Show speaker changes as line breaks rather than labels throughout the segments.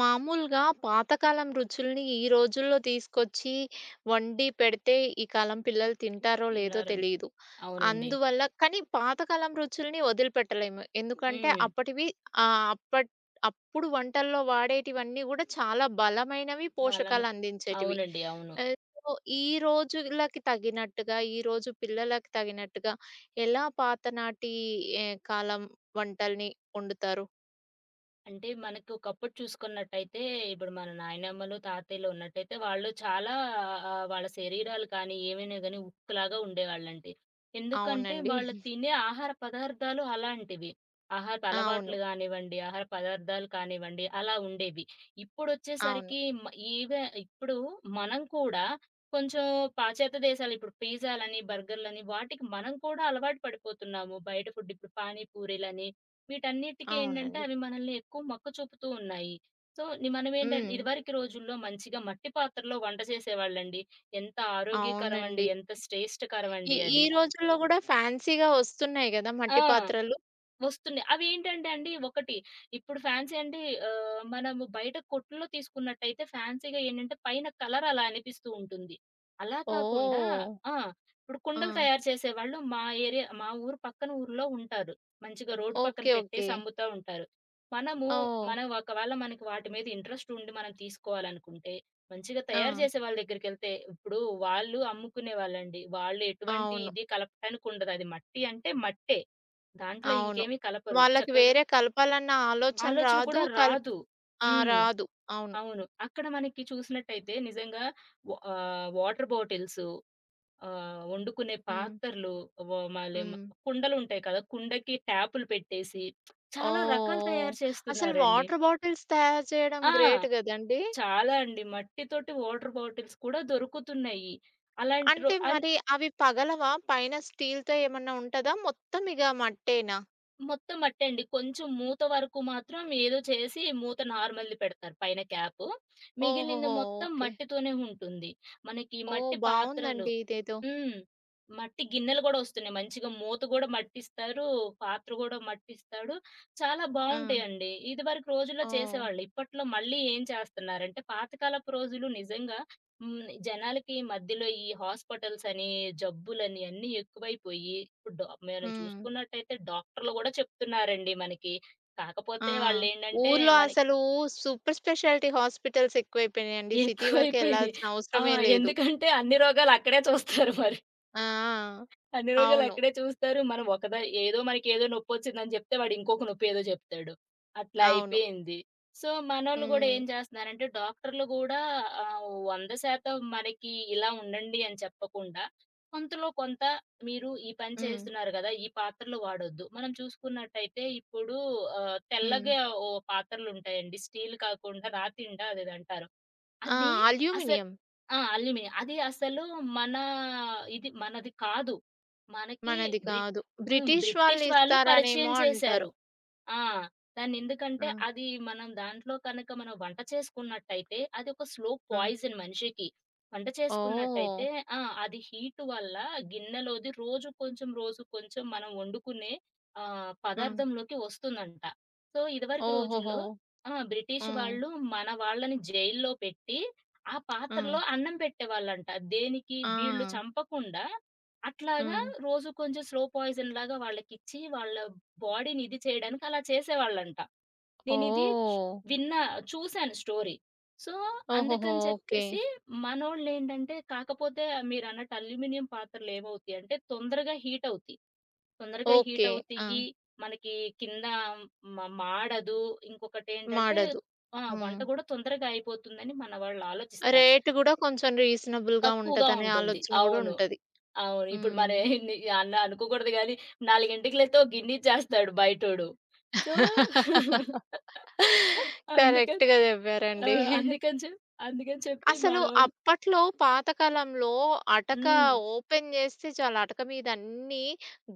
మామూలుగా పాతకాలం రుచుల్ని ఈ రోజుల్లో తీసుకొచ్చి వండి పెడితే ఈ కాలం పిల్లలు తింటారో లేదో
తిన్నారన్
తెలీదు.
అవునండి.
అందువల్ల కానీ పాతకాలం రుచుల్ని వదిలిపెట్టలేము. ఎందుకంటే
హ్మ్.
అప్పటివి ఆహ్, అప్పట్ అప్పుడు వంటల్లో వాడేటివన్నీ గూడా చాలా బలమైనవి,
బలమే
పోషకాలు అందించేటివి.
అవునండి. అవును.
ఆహ్, సో, ఈ రోజులకి తగినట్టుగా, ఈ రోజు పిల్లలకి తగినట్టుగా ఎలా పాతనాటి ఏ కాలం వంటల్ని వండుతారు?
అంటే మనకి ఒకప్పుడు చూసుకున్నట్టయితే, ఇప్పుడు మన నాయనమ్మలు, తాతయ్యలు ఉన్నట్టయితే వాళ్ళు చాలా వాళ్ళ శరీరాలు కానీ, ఏమైనా గాని ఉక్కులాగా ఉండేవాళ్ళండి. ఎందుకంటే,
అవునండి.
వాళ్ళు తినే ఆహార పదార్థాలు అలాంటివి. ఆహారపు
అవును.
అలవాట్లు గానివ్వండి, ఆహార పదార్థాలు కానివ్వండి, అలా ఉండేవి.
అవును.
ఇప్పుడొచ్చేసరికి మ ఇప్పుడు మనం కూడా కొంచెం పాశ్చాత్య దేశాలు ఇప్పుడు పిజ్జాలని, బర్గర్‌లని వాటికి మనం కూడా అలవాటు పడిపోతున్నాము. బయట ఫుడ్ ఇప్పుడు పానీ పూరీలని వీటన్నిటికి ఏంటంటే
అవునండి.
అవి మనల్ని ఎక్కువ మక్కువ చూపుతూ ఉన్నాయి. సో, మనం ఏంటంటే
హ్మ్.
ఇదివరకు రోజుల్లో మంచిగా మట్టి పాత్రలో వంట చేసేవాళ్ళండి. ఎంత ఆరోగ్యకరమండి.
అవునండి.
ఎంత
ఈ
శ్రేష్టకరమండి
ఈ
అది.
రోజుల్లో గూడా ఫ్యాన్సీ‌గా వస్తున్నాయి గదా!
ఆ!
మట్టి పాత్రలు.
వస్తున్నాయి. అవేంటంటే అండి ఒకటి ఇప్పుడు ఫ్యాన్సీ అంటే మనము బయట కొట్టుల్లో తీసుకున్నట్టయితే ఫ్యాన్సీ‌గా ఏంటంటే పైన కలర్ అలా అనిపిస్తూ ఉంటుంది. అలా కాకుండా
ఓహ్!
ఆ! ఇప్పుడు
ఆ!
కుండలు తయారు చేసేవాళ్ళు మా ఏరియా మా ఊరు పక్కన ఊర్లో ఉంటారు. మంచిగా రోడ్డు పక్కన
ఓకే. ఓకే.
పెట్టేసి అమ్ముతా ఉంటారు. మనము
ఓహ్!
మనం ఒకవేళ మనకి వాటి మీద ఇంట్రెస్ట్ ఉండి మనం తీసుకోవాలనుకుంటే మంచిగా
ఆ!
తయారు చేసే వాళ్ళ దగ్గరికెళ్తే, ఇప్పుడు వాళ్ళు అమ్ముకునేవాళ్ళండి. వాళ్ళు ఎటువంటి
అవును.
ఇది కలపటానికి ఉండదు. అది మట్టి అంటే మట్టే. దాంట్లో
అవును.
ఇంకేమి కలపరు.
వాళ్ళకి
చక్కగా
వేరే కలపాలన్న ఆలోచన
ఆలోచన
రాదు.
కూడా రాదు.
ఆ!
హ్మ్.
రాదు. అవును.
అవును. అక్కడ మనకి చూసినట్టయితే నిజంగా వాటర్ బాటిల్సు, వండుకునే
హ్మ్.
పాత్రలు, వ మళ్ళీ మ
హ్మ్.
కుండలుంటాయి కదా! కుండకి ట్యాపులు పెట్టేసి చాలా
ఓహ్!
రకాలు
ఓహ్!
తయారు
అసలు
చేస్తున్నారండి.
వాటర్ బాటిల్స్ తయారు చేయడం
ఆ!
గ్రేట్ గదండీ!
చాలా అండి. మట్టితోటి వాటర్ బాటిల్స్ కూడా దొరుకుతున్నాయి. అలాంటి రో
అంటే
అన్
మరి అవి పగలవా? పైన స్టీల్‌తో ఏమన్నా ఉంటదా? మొత్తం ఇగ మట్టేనా?
మొత్తం మట్టే అండి. కొంచెం మూత వరకు మాత్రం ఏదో చేసి మూత నార్మల్‌ది పెడతారు పైన క్యాపు. మిగిలింది
ఓహోహో!
మొత్తం
ఓకే.
మట్టితోనే ఉంటుంది. మనకి
ఓహ్!
మట్టి పాత్రలు.
బావుందండి ఇదేదో.
హ్మ్. మట్టి గిన్నెలు గూడా ఒస్తున్నాయి. మంచిగా మూత గూడా మట్టిస్తారు. పాత్ర గూడా మట్టిస్తాడు. చాలా
ఆ!
బావుంటాయండి. ఇదివరకు రోజుల్లో
ఓహ్!
చేసేవాళ్ళు. ఇప్పట్లో మళ్ళీ ఏం చేస్తున్నారంటే పాతకాలపు రోజులు నిజంగా. హ్మ్. జనాలకి మధ్యలో ఈ హాస్పిటల్స్ అని, జబ్బులని అన్నీ ఎక్కువైపోయి, ఇప్పుడు మనం
హ్మ్.
చూసుకున్నట్టయితే డాక్టర్లు గూడా చెప్తున్నారండి మనకి.
ఆ!
కాకపోతే వాళ్ళేంటంటే,
ఊర్లో
మనకి
అసలు సూపర్ స్పెషాలిటీ హాస్పిటల్స్ ఎక్కువైపోయినాయండి. సిటీ వరకు
ఎక్కువైపోయినియి.
ఎళ్ళాల్సిన
ఆ!
అవసరమే లేదు.
ఎందుకంటే అన్ని రోగాలు అక్కడే చూస్తారు మరి.
ఆ! ఆ!
అన్ని రోజులు
అవును.
అక్కడే చూస్తారు. మనం ఒకదా ఏదో మనకేదో నొప్పొచ్చిందని జెప్తే, వాడు ఇంకొక నొప్పి ఏదో చెప్తాడు. అట్లా
అవును.
అయిపోయింది. సో, మనోళ్ళు గూడా
హ్మ్.
ఏం చేస్తన్నారంటే, డాక్టర్లు గూడా 100% మనకి ఇలా ఉండండి అని చెప్పకుండా, కొంతలో కొంత మీరు ఈ పని
హ్మ్.
చేస్తున్నారు గదా! ఈ పాత్రలు వాడొద్దు. మనం చూసుకున్నట్టయితే ఇప్పుడు
హ్మ్.
తెల్లగా ఓ పాత్రలుంటాయండి. స్టీల్ కాకుండా రాతిండా అదేదో అంటారు.
ఆ!
అది అసలు
అల్యూమినియం
ఆ! అల్లిమిని. అది అసలు మన ఇది మనది కాదు. మనకి
మనది
బ్రి
కాదు.
హ్మ్.
బ్రిటిష్ వాళ్ళు
బ్రిటిష్ వాళ్ళు పరిచయం
ఇస్తారనేమో
చేశారు.
అంటారు.
ఆ! దాన్నెందుకంటే
ఆ!
అది మనం దాంట్లో కనుక మనం వంట చేసుకున్నట్టయితే అదొక స్లో
ఆ!
పాయిజన్ మనిషికి. వంట
ఓహ్!
చేసుకున్నట్టయితే ఆ! అది హీట్ వల్ల గిన్నెలోది రోజు కొంచెం, రోజు కొంచెం మనం వండుకునే
ఆ!
పదార్థంలోకి వస్తుందంట. సో, ఇదివరకు
ఓహోహో!
రోజుల్లో ఆ! బ్రిటిష్
హ్మ్.
వాళ్ళు మన వాళ్ళని జైల్లో పెట్టి ఆ
హ్మ్.
పాత్రలో అన్నం పెట్టేవాళ్ళంట. దేనికి వీళ్ళు
ఆ!
చంపకుండా అట్లాగా
హ్మ్.
రోజు కొంచెం స్లో పాయిజన్ లాగా వాళ్ళకిచ్చి వాళ్ళ బాడీని ఇది చేయడానికి అలా చేసేవాళ్ళంట. నేనిది చ్
ఓహ్!
విన్నా, చూసాను స్టోరీ. సో,
ఓహోహో!
అందుకని
ఓకే.
చెప్పేసి మనోళ్ళేంటంటే కాకపోతే మీరన్నట్టు అల్యూమినియం పాత్రలేమవుతాయంటే తొందరగా హీటవుతాయి. తొందరగా
ఓకే. ఆ!
హీటవుతాయి. మనకి కింద మాడదు. ఇంకొకటేంటంటే
మాడదు.
ఆ! వంట
హ్మ్.
గూడా తొందరగా అయిపోతుందని మన వాళ్ళు ఆలోచిస్తారు.
రేట్ గూడా కొంచెం రీజనబుల్‌గా
తక్కువగా
ఉంటదనే
ఉంటుంది.
ఆలోచన గూడా
అవును.
ఉంటది.
అవును. ఇప్పుడు
హ్మ్.
మనం ఎన్ని అన్న అనుకోకూడదు గానీ, 4కి లేతే ఒక గిన్ని ఇచ్చేస్తాడు బయటోడు. సో, అందుకని
కరెక్ట్‌గా
ఆ!
జెప్పారండి.
అందుకని చెప్ అందుకని చెప్పి
అసలు
మనోళ్ళు.
అప్పట్లో పాతకాలంలో అటక
హ్మ్.
ఓపెన్ జేస్తే చాలు అటక మీద అన్నీ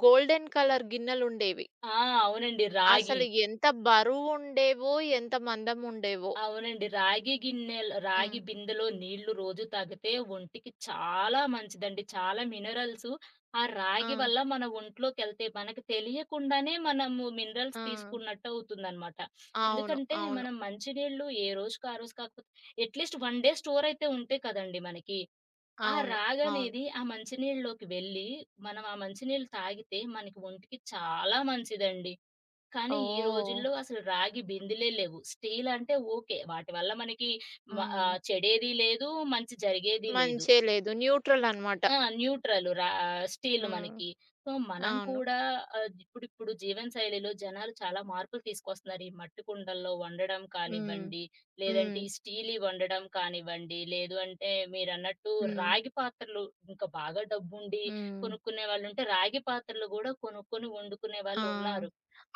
గోల్డెన్ కలర్ గిన్నెలుండేవి.
ఆ! అవునండి. రాగి.
అసలు ఎంత బరువుండేవో, ఎంత మందముండేవో.
అవునండి. రాగి గిన్నెలు,
హ్మ్.
రాగి బిందెలో నీళ్లు రోజు తాగితే ఒంటికి చాలా మంచిదండి. చాలా మినరల్స్ ఆ రాగి
ఆ!
వల్ల మన ఒంట్లోకెళ్తాయి. మనకు తెలియకుండానే మనము మినరల్స్
ఆ!
తీసుకున్నట్టు అవుతుందనమాట.
అవును.
ఎందుకంటే
అవును.
మనం మంచినీళ్ళు ఏ రోజుకి ఆ రోజు కాకపోతే అట్‌లీస్ట్ 1 డే స్టోర్ అయితే ఉంటాయి కదండీ మనకి. ఆ
అవును. అవును.
రాగనేది ఆ మంచినీళ్ళలోకి వెళ్ళి మనం ఆ మంచినీళ్ళు తాగితే మనకి ఒంటికి చాలా మంచిదండి. కానీ ఈ
ఓహ్!
రోజుల్లో అసలు రాగి బిందెలే లేవు. స్టీల్ అంటే ఓకే. వాటి వల్ల మనకి
హ్మ్.
చెడేది లేదు, మంచి జరిగేది లేదు.
మంచే లేదు. న్యూట్రల్ అనమాట.
ఆ! న్యూట్రల్ రా స్టీల్
హ్మ్.
మనకి. సో, మనం
అవును.
కూడా ఇప్పుడిప్పుడు జీవనశైలిలో జనాలు చాలా మార్పులు తీసుకొస్తున్నారు. ఈ మట్టి కుండల్లో వండడం
హ్మ్.
కానివ్వండి,
హ్మ్.
లేదంటే ఈ స్టీల్‌యి వండడం కానివ్వండి, లేదు అంటే మీరన్నట్టు
హ్మ్.
రాగి పాత్రలు, ఇంకా బాగా డబ్బుండి
హ్మ్.
కొనుక్కునే వాళ్ళుంటే రాగి పాత్రలు గూడా కొనుక్కొని వండుకునే
ఆ!
వాళ్ళున్నారు.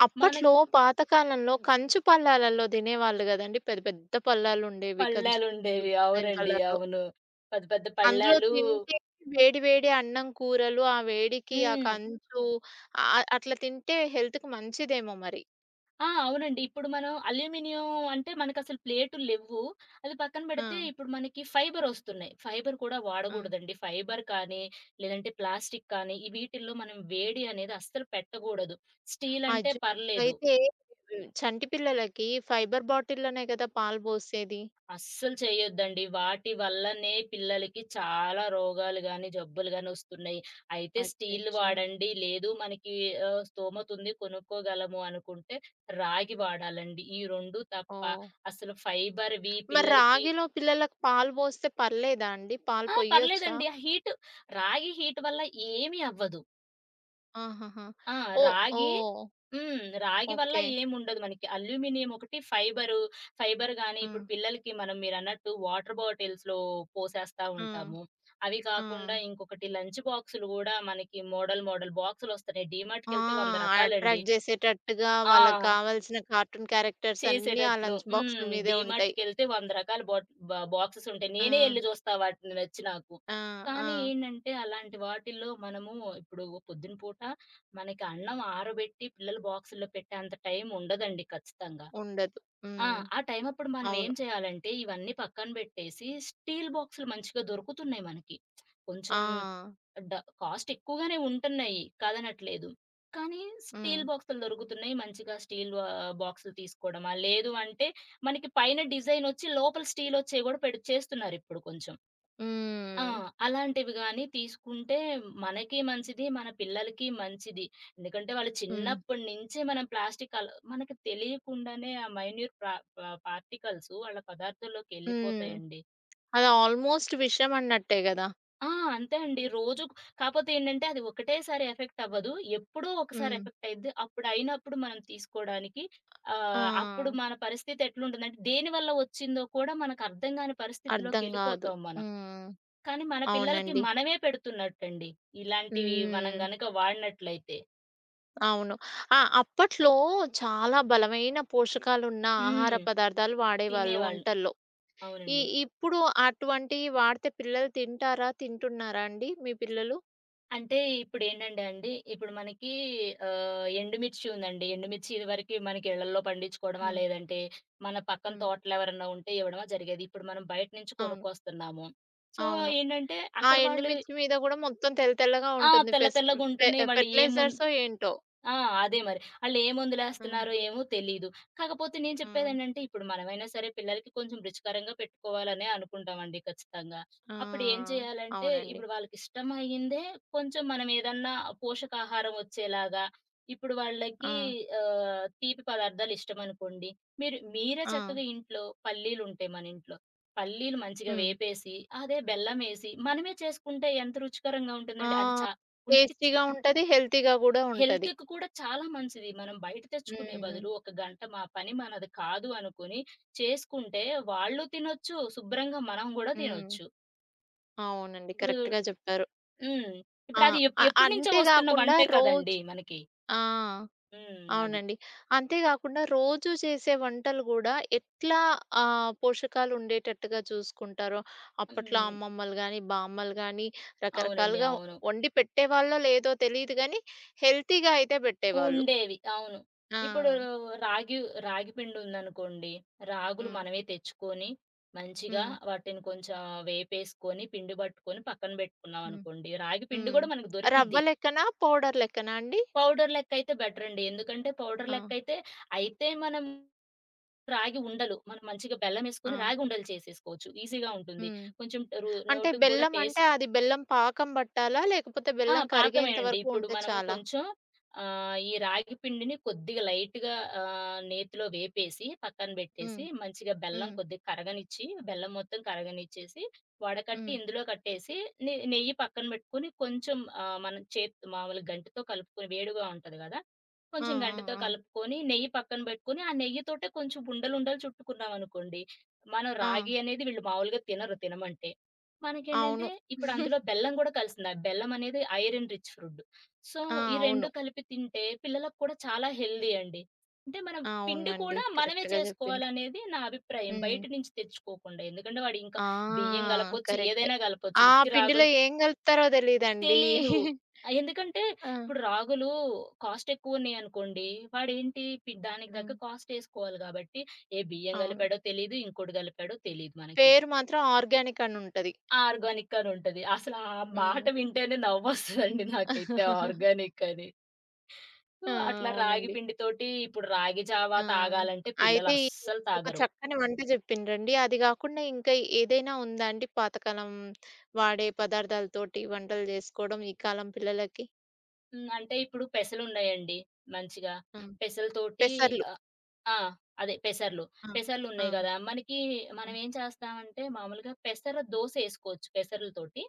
అప్పట్లో
మనకి
పాత కాలంలో కంచు పల్లాలలో తినేవాళ్ళు గదండీ! పెద్ద పెద్ద పల్లాలుండేవి. కంచు పల్లాలు
పళ్ళాలుండేవి.
గోల్డెన్
అవునండి.
కలర్‌లో.
అవును. పెద్ద పెద్ద
అందులో
పళ్ళాలు.
తింటే వేడి వేడి అన్నం, కూరలు, ఆ వేడికి ఆ
హ్మ్.
కంచు అట్లా తింటే హెల్త్‌కి మంచిదేమో మరి.
ఆ! అవునండి. ఇప్పుడు మనం అల్యూమినియం అంటే మనకసలు ప్లేటులు లెవ్వు. అది పక్కన
ఆ!
పెడితే ఇప్పుడు మనకి ఫైబరొస్తున్నాయి. ఫైబర్ కూడా
ఆ!
వాడగూడదండి. ఫైబర్ కానీ, లేదంటే ప్లాస్టిక్ కానీ, ఈ వీటిల్లో మనం వేడి అనేది అస్సలు పెట్టగూడదు. స్టీల్
ఆ
అంటే పర్లేదు.
అయితే చంటి పిల్లలకి ఫైబర్ బాటిల్‌లోనే గదా పాలు బోసేది.
అస్సలు చేయొద్దండి. వాటి వల్లనే పిల్లలకి చాలా రోగాలు గాని, జబ్బులు గాని వస్తున్నాయి. అయితే స్టీల్‌లు
అచ్చచ్చో!
వాడండి. లేదు మనకి స్తోమత ఉంది కొనుక్కోగలము అనుకుంటే రాగి వాడాలండి. ఈ 2 తప్ప
ఓహ్!
అసలు ఫైబర్‌వి
మరి
పిల్లలకి.
రాగిలో పిల్లలకు పాలు పోస్తే పర్లేదా అండి? పాలు
ఆ!
పొయ్యొచ్చా?
పర్లేదండి. ఆ హీట్ రాగి హీట్ వల్ల ఏమి అవ్వదు.
ఆహాహా!
ఆ!
ఓహ్!
రాగి.
ఓహ్!
హ్మ్. రాగి వల్ల
ఓకే.
ఏముండదు మనకి. అల్యూమినియం ఒకటి, ఫైబరు, ఫైబర్ గాని ఇప్పుడు
హ్మ్.
పిల్లలకి మనం మీరన్నట్టు వాటర్ బాటిల్స్‌లో పోసేస్తా
హ్మ్.
ఉంటాము. అవి
ఆ!
కాకుండా ఇంకొకటి లంచ్ బాక్సులు గూడా మనకి మోడల్ మోడల్ బాక్సులొస్తున్నాయి.
ఆ!
డీమార్ట్‌కెళ్తే 100 రకాలండి.
అట్రాక్ట్ చేసేటట్టుగా వాళ్ళకి
ఆ!
కావాల్సిన కార్టూన్ క్యారెక్టర్స్ అన్నీ ఆ
చేసేటట్లు.
లంచ్
హ్మ్.
బాక్స్‌ల మీదే ఉంటాయి.
డీమార్ట్‌కెళ్తే 100 రకాల బాట్ బా బాక్సెస్ ఉంటాయి.
ఆ!
నేనే ఎళ్లి చూస్తా వాటిని నచ్చి నాకు.
ఆ! ఆ!
కానీ ఏంటంటే అలాంటి వాటిల్లో మనము ఇప్పుడు పొద్దున పూట మనకి అన్నం ఆరబెట్టి పిల్లల బాక్సుల్లో పెట్టేంత టైం ఉండదండి ఖచ్చితంగా.
ఉండదు.
ఆ!
హ్మ్.
ఆ టైమప్పుడు మనం ఏం
అవును.
చేయాలంటే, ఇవన్నీ పక్కన బెట్టేసి, స్టీల్ బాక్సులు మంచిగా దొరుకుతున్నాయి మనకి. కొంచెం
ఆ!
డ కాస్ట్ ఎక్కువగానే ఉంటున్నాయి, కాదనట్లేదు. కానీ
హ్మ్.
స్టీల్ బాక్సులు దొరుకుతున్నాయి. మంచిగా స్టీల్ బాక్సులు తీసుకోవడమా, లేదు అంటే మనకి పైన డిజైనొచ్చి, లోపల స్టీలొచ్చేవి గూడా పెడు చేస్తున్నారిప్పుడు కొంచెం. ఆ!
హ్మ్.
అలాంటివి గాని తీసుకుంటే మనకి మంచిది. మన పిల్లలకి మంచిది. ఎందుకంటే వాళ్ళు
హ్మ్.
చిన్నప్పటి నుంచి మనం ప్లాస్టిక్ అల మనకి తెలియకుండానే ఆ పార్టికల్స్ వాళ్ళ పదార్థంలోకి
హ్మ్.
ఎళ్ళిపోతాయండి.
అది ఆల్‌మోస్ట్ విషం అన్నట్టే గదా!
ఆ! అంతే అండి. రోజు కాపోతే ఏంటంటే అది ఒకటేసారి ఎఫెక్ట్ అవ్వదు. ఎప్పుడో ఒకసారి
హ్మ్.
ఎఫెక్ట్ అయిద్ది. అప్పుడు అయినప్పుడు మనం తీసుకోడానికి
ఆ!
అప్పుడు మన పరిస్థితి ఎట్లుంటుందంటే దేనివల్ల వచ్చిందో కూడా మనకు అర్థం గాని
అర్థం గాదు.
పరిస్థితిలోకెళ్ళిపోతాం మనం.
హ్మ్.
కానీ మన పిల్లలకి
అవునండి.
మనమే పెడుతున్నట్టండి. ఇలాంటివి మనం
హ్మ్.
గనక వాడినట్లయితే.
అవును. ఆ! అప్పట్లో చాలా బలమైన పోషకాలున్న ఆహార
హ్మ్.
పదార్థాలు వాడేవాళ్ళు
తినేవాళ్ళు.
వంటల్లో. ఈ
అవునండి.
ఇప్పుడు అటువంటివి వాడితే పిల్లలు తింటారా? తింటున్నారా అండి మీ పిల్లలు?
అంటే ఇప్పుడేంటంటే అండి, ఇప్పుడు మనకి ఎండుమిర్చి ఉందండి. ఎండుమిర్చి ఇదివరకి మనకి ఇళ్ళల్లో పండించుకోవడమా,
హ్మ్.
లేదంటే మన పక్కన
హ్మ్.
తోటలో ఎవరన్నా ఉంటే ఇవ్వడమా జరిగేది. ఇప్పుడు మనం బయట నుంచి
అవును.
కొనుక్కొస్తున్నాము. సో,
అవును.
ఏంటంటే
ఆ
అక్కడ వాళ్ళు
ఎండుమిర్చి మీద గూడా మొత్తం తెల్ల తెల్లగా
ఆ!
ఉంటుంది.
తెల్ల
ఫెస్ట్ ఫె
తెల్లగుంటున్నాయి. వాళ్ళు ఏ ముం
ఫెర్టిలైజర్సో ఏంటో.
ఆ! అదే మరి. ఆళ్ళేం
హ్మ్.
మందులేస్తన్నారో ఏమో తెలీదు. కాకపోతే నేను
హ్మ్.
చెప్పేదేంటంటే, ఇప్పుడు మనమైనా సరే పిల్లలకి కొంచెం రుచికరంగా పెట్టుకోవాలనే అనుకుంటామండి ఖచ్చితంగా. అప్పుడు ఏం
ఆ!
చేయాలంటే,
అవునండి.
ఇప్పుడు వాళ్ళకిష్టమయ్యిందే కొంచెం మనమేదన్నా పోషకాహారం వచ్చేలాగా, ఇప్పుడు
ఆ!
వాళ్ళకి తీపి పదార్థాలిష్టమనుకోండి, మీరే
ఆ!
చక్కగా ఇంట్లో పల్లీలుంటాయి మనింట్లో. పల్లీలు మంచిగా
హ్మ్.
వేపేసి, అదే బెల్లమేసి, మనమే చేసుకుంటే ఎంత రుచికరంగా
ఆ!
ఉంటుందండి. అది చా ఒంటికి,
టేస్టీగా ఉంటది. హెల్తీగా గూడా ఉంటది.
హెల్త్‌కి కూడా చాలా మంచిది. మనం బయట తెచ్చుకునే
హ్మ్.
బదులు ఒక గంట మా పని మనది కాదు అనుకుని చేసుకుంటే వాళ్ళు తినొచ్చు, శుభ్రంగా మనం గూడా
హ్మ్.
తినొచ్చు.
అవునండి.
ఇప్పుడు
కరెక్ట్‌గా హ్మ్. జెప్పారు.
హ్మ్.
ఆ!
ఇప్పుడది ఎప్ ఎప్పటి నుంచో
అంతే
వస్తున్న
గాకుండా
వంటే కదండీ
రోజు
మనకి.
ఆ!
హ్మ్. అది.
అవునండి. అంతే గాకుండా రోజు చేసే వంటలు గూడా ఎట్లా పోషకాలుండేటట్టుగా చూసుకుంటారో, అప్పట్లో
హ్మ్.
అమ్మమ్మలు గానీ, బామ్మలు గానీ
అవునండి.
రకరకాలుగా
అవును.
వండి పెట్టేవాళ్ళో లేదో తెలీదు గానీ, హెల్తీగా అయితే బెట్టేవాళ్ళు.
ఉండేవి. అవును.
ఆ!
ఇప్పుడు రాగి రాగి పిండి ఉందనుకోండి. రాగులు
హ్మ్.
మనమే తెచ్చుకొని మంచిగా
హ్మ్.
వాటిని కొంచెం వేపేసుకొని, పిండి పట్టుకొని పక్కన
హ్మ్.
పెట్టుకున్నామనుకోండి. రాగి పిండి
హ్మ్.
గూడా మనకు దొరికిద్ది.
రవ్వ లెక్కనా? పౌడర్ లెక్కనా అండి?
పౌడర్ లెక్కయితే బెటరండి. ఎందుకంటే పౌడర్
ఆ!
లెక్కయితే, అయితే అయితే మనం రాగి ఉండలు మనం మంచిగా
ఆ!
బెల్లమేసుకొని రాగి ఉండలు చేసేసుకోవచ్చు. ఈజీగా ఉంటుంది.
హ్మ్.
కొంచెం
అంటే
నోటికి గూడా
బెల్లం
టేస్ట్.
అంటే, అది బెల్లం పాకం బట్టాలా? లేకపోతే
ఆ!
బెల్లం కరిగేంత
పాకమేనండి.
వరకు
ఇప్పుడు
ఉంటే
మనము
చాలా?
కొంచెం ఈ రాగి పిండిని కొద్దిగా లైట్‌గా నేతిలో వేపేసి పక్కన
హ్మ్.
బెట్టేసి, మంచిగా బెల్లం
హ్మ్.
కొద్దిగా కరగనిచ్చి, బెల్లం మొత్తం కరగనిచ్చేసి, వడకట్టి
హ్మ్.
ఇందులో కట్టేసి, నెయ్యి పక్కన బెట్టుకొని కొంచెం మనం మామూలుగా గంటెతో కలుపుకొని వేడిగా ఉంటది గదా!
ఆ!
కొంచెం
ఆ!
గంటెతో
ఆ!
కలుపుకొని, నెయ్యి పక్కన బెట్టుకొని, ఆ నెయ్యితోటే కొంచెం ఉండలుండలు చుట్టుకున్నామనుకోండి, మనం
ఆ!
రాగి అనేది వీళ్ళు మామూలుగా తినరు తినమంటే. మనకేంటంటే
అవును.
ఇప్పుడు అందులో బెల్లం గూడా కలిసింది. ఆ బెల్లం అనేది ఐరన్ రిచ్ ఫుడ్. సో,
ఆ!
ఈ 2
అవును.
కలిపి తింటే పిల్లలకు కూడా చాలా హెల్తీ అండి. అంటే మనం
ఆ,
పిండి
అవునండి.
కూడా మనమే
కరెక్ట్‌గా జెప్పిండ్రు.
చేసుకోవాలనేది నా అభిప్రాయం.
హ్మ్.
బయట నుంచి తెచ్చుకోకుండా. ఎందుకంటే వాడు ఇంకా
ఆ!
బియ్యం గలపొచ్చు,
కరెక్ట్.
ఏదైనా గలపొచ్చు.
ఆ
ఉత్తి
పిండిలో
రాగులు
ఏం గలుపుతారో తెలీదండి.
తెలీదు. ఆ, ఎందుకంటే
ఆ!
ఇప్పుడు రాగులు కాస్ట్ ఎక్కువున్నాయనుకోండి, వాడేంటి పి దానికి తగ్గ
హ్మ్.
కాస్ట్ ఏసుకోవాలి గాబట్టి, ఏ బియ్యం
అవును.
గలిపాడో తెలీదు, ఇంకోటి గలిపాడో తెలీదు మనకి.
పేరు మాత్రం ఆర్గానిక్ అనుంటది.
ఆర్గానిక్ అని ఉంటది. అసలు ఆ మాట
హ్మ్.
వింటేనే నవ్వొస్తదండి నాకైతే ఆర్గానిక్ అని. సో,
ఆ!
అట్లా రాగి
అవునండి.
పిండితోటి ఇప్పుడు రాగి జావా
ఆ!
తాగాలంటే పిల్లలు
అయితే ఈ
అస్సలు
ఒక
తాగరు.
చక్కని వంట జెప్పిండ్రండి. అది గాకుండా ఇంకా ఏదైనా ఉందా అండి? పాతకాలం వాడే పదార్థాలతోటి వంటలు జేసుకోవడం ఈ కాలం పిల్లలకి?
హ్మ్. అంటే ఇప్పుడు పెసలున్నాయండి మంచిగా.
ఆ!
పెసలతోటి
పెసర్లు.
ఆ! అదే పెసర్లు.
ఆ! ఆ!
పెసర్లున్నాయి గదా! మనకి
ఆ!
మనం ఏం చేస్తామంటే మామూలుగా పెసర దోసేసుకోవచ్చు పెసర్లతోటి.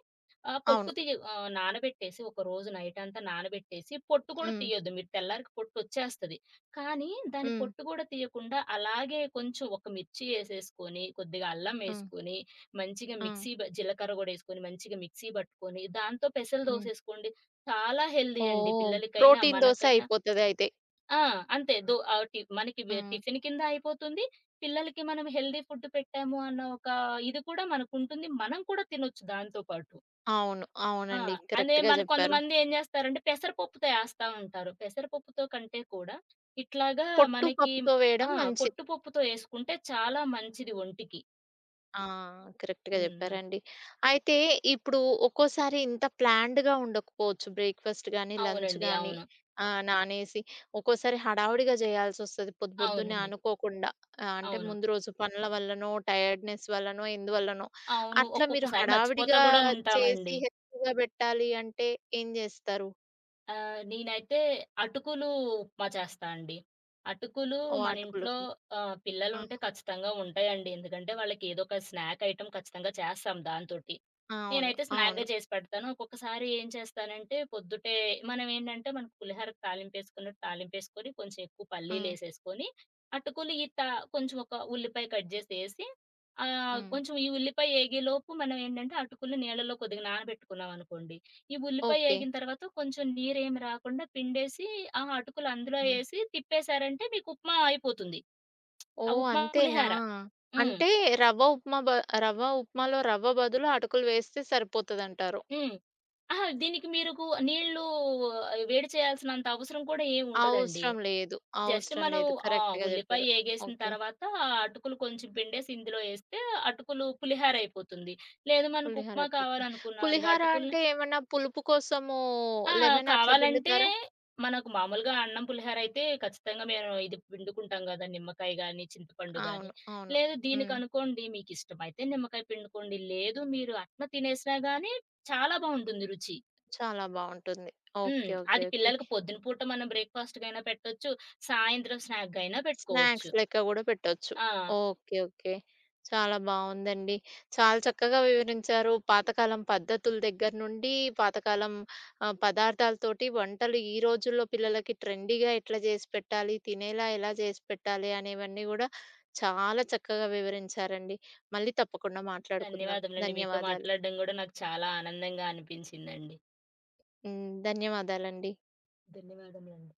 ఆహ్, పొట్టు
అవును.
తీయ ఆహ్, నానబెట్టేసి ఒక రోజు నైటంతా నానబెట్టేసి పొట్టు కూడా
హ్మ్.
తీయొద్దు. మీరు తెల్లారికి పొట్టొచ్చేస్తది. కానీ దాని
హ్మ్.
పొట్టు కూడా తీయకుండా అలాగే కొంచెం ఒక మిర్చి ఏసేసుకొని, కొద్దిగా అల్లం
హ్మ్.
ఏసుకొని, మంచిగా
ఆ!
మిక్సీ బ జీలకర్ర గూడా ఏసుకొని మంచిగా మిక్సీ బట్టుకొని, దాంతో పెసలు
హ్మ్.
దోసేసుకోండి. చాలా హెల్తీ అండి
ఓహ్!
పిల్లలకైనా,
ప్రోటీన్ దోస
మనకైనా.
అయిపోతదయితే.
ఆ! అంతే. దో ఆహ్, టి మనకి
హ్మ్.
టిఫిన్ కింద అయిపోతుంది. పిల్లలకి మనం హెల్తీ ఫుడ్ పెట్టాము అన్న ఒక ఇది కూడా మనకుంటుంది. మనం కూడా తినొచ్చు దాంతో పాటు.
అవును.
ఆ!
అవునండి.
అదే
కరెక్ట్‌గా
మన
జెప్పారు.
కొంతమంది ఏం జేస్తారంటే పెసరపప్పుతో ఏస్తా ఉంటారు. పెసరపప్పుతో కంటే కూడా ఇట్లాగా
పొట్టు
మనకి
పప్పుతో
ఆ!
వేయడం మంచిది.
పొట్టుపప్పుతో ఏసుకుంటే చాలా మంచిది ఒంటికి.
ఆ! కరెక్ట్‌గా
హ్మ్.
చెప్పారండి. అయితే ఇప్పుడు ఒక్కోసారి ఇంత ప్లాన్డ్‌గా ఉండకపోవచ్చు బ్రేక్‌ఫాస్ట్ గాని, లంచ్
అవునండి.
గాని
అవును.
నానేసి ఒక్కోసారి హడావుడిగా చేయాల్సొస్తది పొద్దు పొద్దున్నే
అవునండి.
అనుకోకుండా. అంటే
అవును.
ముందు రోజు పనుల వల్లనో, టైర్డ్‌నెస్ వల్లనో, ఎందువల్లనో
అవును.
అట్లా మీరు
ఒక్కొక్కసారి మర్చిపోతా
హడావిడిగా
గూడా
చేసి
ఉంటామండి.
హెల్తీగా పెట్టాలి అంటే ఏం జేస్తారు?
నేనైతే అటుకులు ఉప్మా చేస్తా అండి. అటుకులు
ఓ
మన
అటుకులు.
ఇంట్లో
ఆ!
పిల్లలుంటే ఖచ్చితంగా ఉంటాయండి. ఎందుకంటే వాళ్ళకి ఏదో ఒక స్నాక్ ఐటెమ్ ఖచ్చితంగా చేస్తాం దాంతోటి.
అవును.
నేనైతే స్నాక్‌గా
అవును.
చేసి పెడతాను. ఒక్కొక్కసారి ఏం చేస్తానంటే పొద్దుటే మనమేంటంటే మనకు పులిహోరకు తాలింపేసుకున్నట్టు తాలింపేసుకొని కొంచెం ఎక్కువ
హ్మ్.
పల్లీలేసేసుకొని, అటుకులు ఈ త కొంచెం ఒక ఉల్లిపాయ కట్ చేసి ఏసి
హ్మ్.
కొంచెం ఈ ఉల్లిపాయ ఏగేలోపు మనం ఏంటంటే అటుకులు నీళ్ళలో కొద్దిగా నానబెట్టుకున్నామనుకోండి, ఈ ఉల్లిపాయ
ఓకే.
ఏగిన తర్వాత కొంచెం నీరేమి రాకుండా పిండేసి, ఆ అటుకులు అందులో
హ్మ్.
ఏసి తిప్పేసారంటే మీకు ఉప్మా అయిపోతుంది. ఆ
ఓహ్!
ఉప్మా
అంతేనా?
పులిహార. హ్మ్.
అంటే రవ్వ ఉప్మా బ రవ్వ ఉప్మాలో రవ్వ బదులు అటుకులు వేస్తే సరిపోతదంటారు.
హ్మ్. అహా! దీనికి నీళ్ళు వేడి చేయాల్సినంత అవసరం కూడా ఏమి ఉండదండి.
అవసరం లేదు.
జస్ట్
అవసరం
మనం
లేదు.
ఆ!
కరెక్ట్‌గా
ఉల్లిపాయ
జెప్పారు.
ఏగేసిన
ఓకే.
తర్వాత ఆ అటుకులు కొంచెం పిండేసి ఇందులో ఏస్తే అటుకులు పులిహార అయిపోతుంది. లేదు మనకు
పులిహోర
ఉప్మా
అయిపోతుంది.
కావాలనుకున్నామండి
పులిహోర
అటుకులు.
అంటే ఏమన్నా పులుపు కోసము
ఆ!
లెమన్ అట్లా
కావాలంటే
పిండుతారా?
మనకు మామూలుగా అన్నం, పులిహోర అయితే ఖచ్చితంగా మేము ఇది పిండుకుంటాం గదా! నిమ్మకాయ గాని, చింతపండు గాని.
అవును. అవును.
లేదు
హ్మ్.
దీనికనుకోండి మీకిష్టమైతే నిమ్మకాయ పిండుకోండి. లేదు మీరు అట్లా తినేసినా గానీ చాలా బావుంటుంది రుచి.
చాలా బావుంటుంది.
హ్మ్.
ఓకే. ఓకే.
అది
ఓకే.
పిల్లలకి పొద్దున పూట మనం బ్రేక్‌ఫాస్ట్‌కైనా పెట్టొచ్చు. సాయంత్రం స్నాక్‌గైనా పెట్టుకోవచ్చు.
స్నాక్స్ లెక్క గూడా పెట్టొచ్చు.
ఆ!
ఓకే. ఓకే. చాలా బావుందండి. చాలా చక్కగా వివరించారు. పాతకాలం పద్ధతుల దగ్గర నుండి, పాతకాలం పదార్థాలతోటి వంటలు ఈ రోజుల్లో పిల్లలకి ట్రెండీగా ఎట్లా జేసి పెట్టాలి, తినేలా ఎలా జేసి పెట్టాలి అనేవన్నీ గూడా చాలా చక్కగా వివరించారండి. మళ్ళీ తప్పకుండా మాట్లాడుకుందాం.
ధన్యవాదములండి. మీతో
ధన్యవాదాలు.
మాట్లాడడం గూడా నాకు చాలా ఆనందంగా అనిపించిందండి.
హ్మ్. ధన్యవాదాలండి.
ధన్యవాదములండి.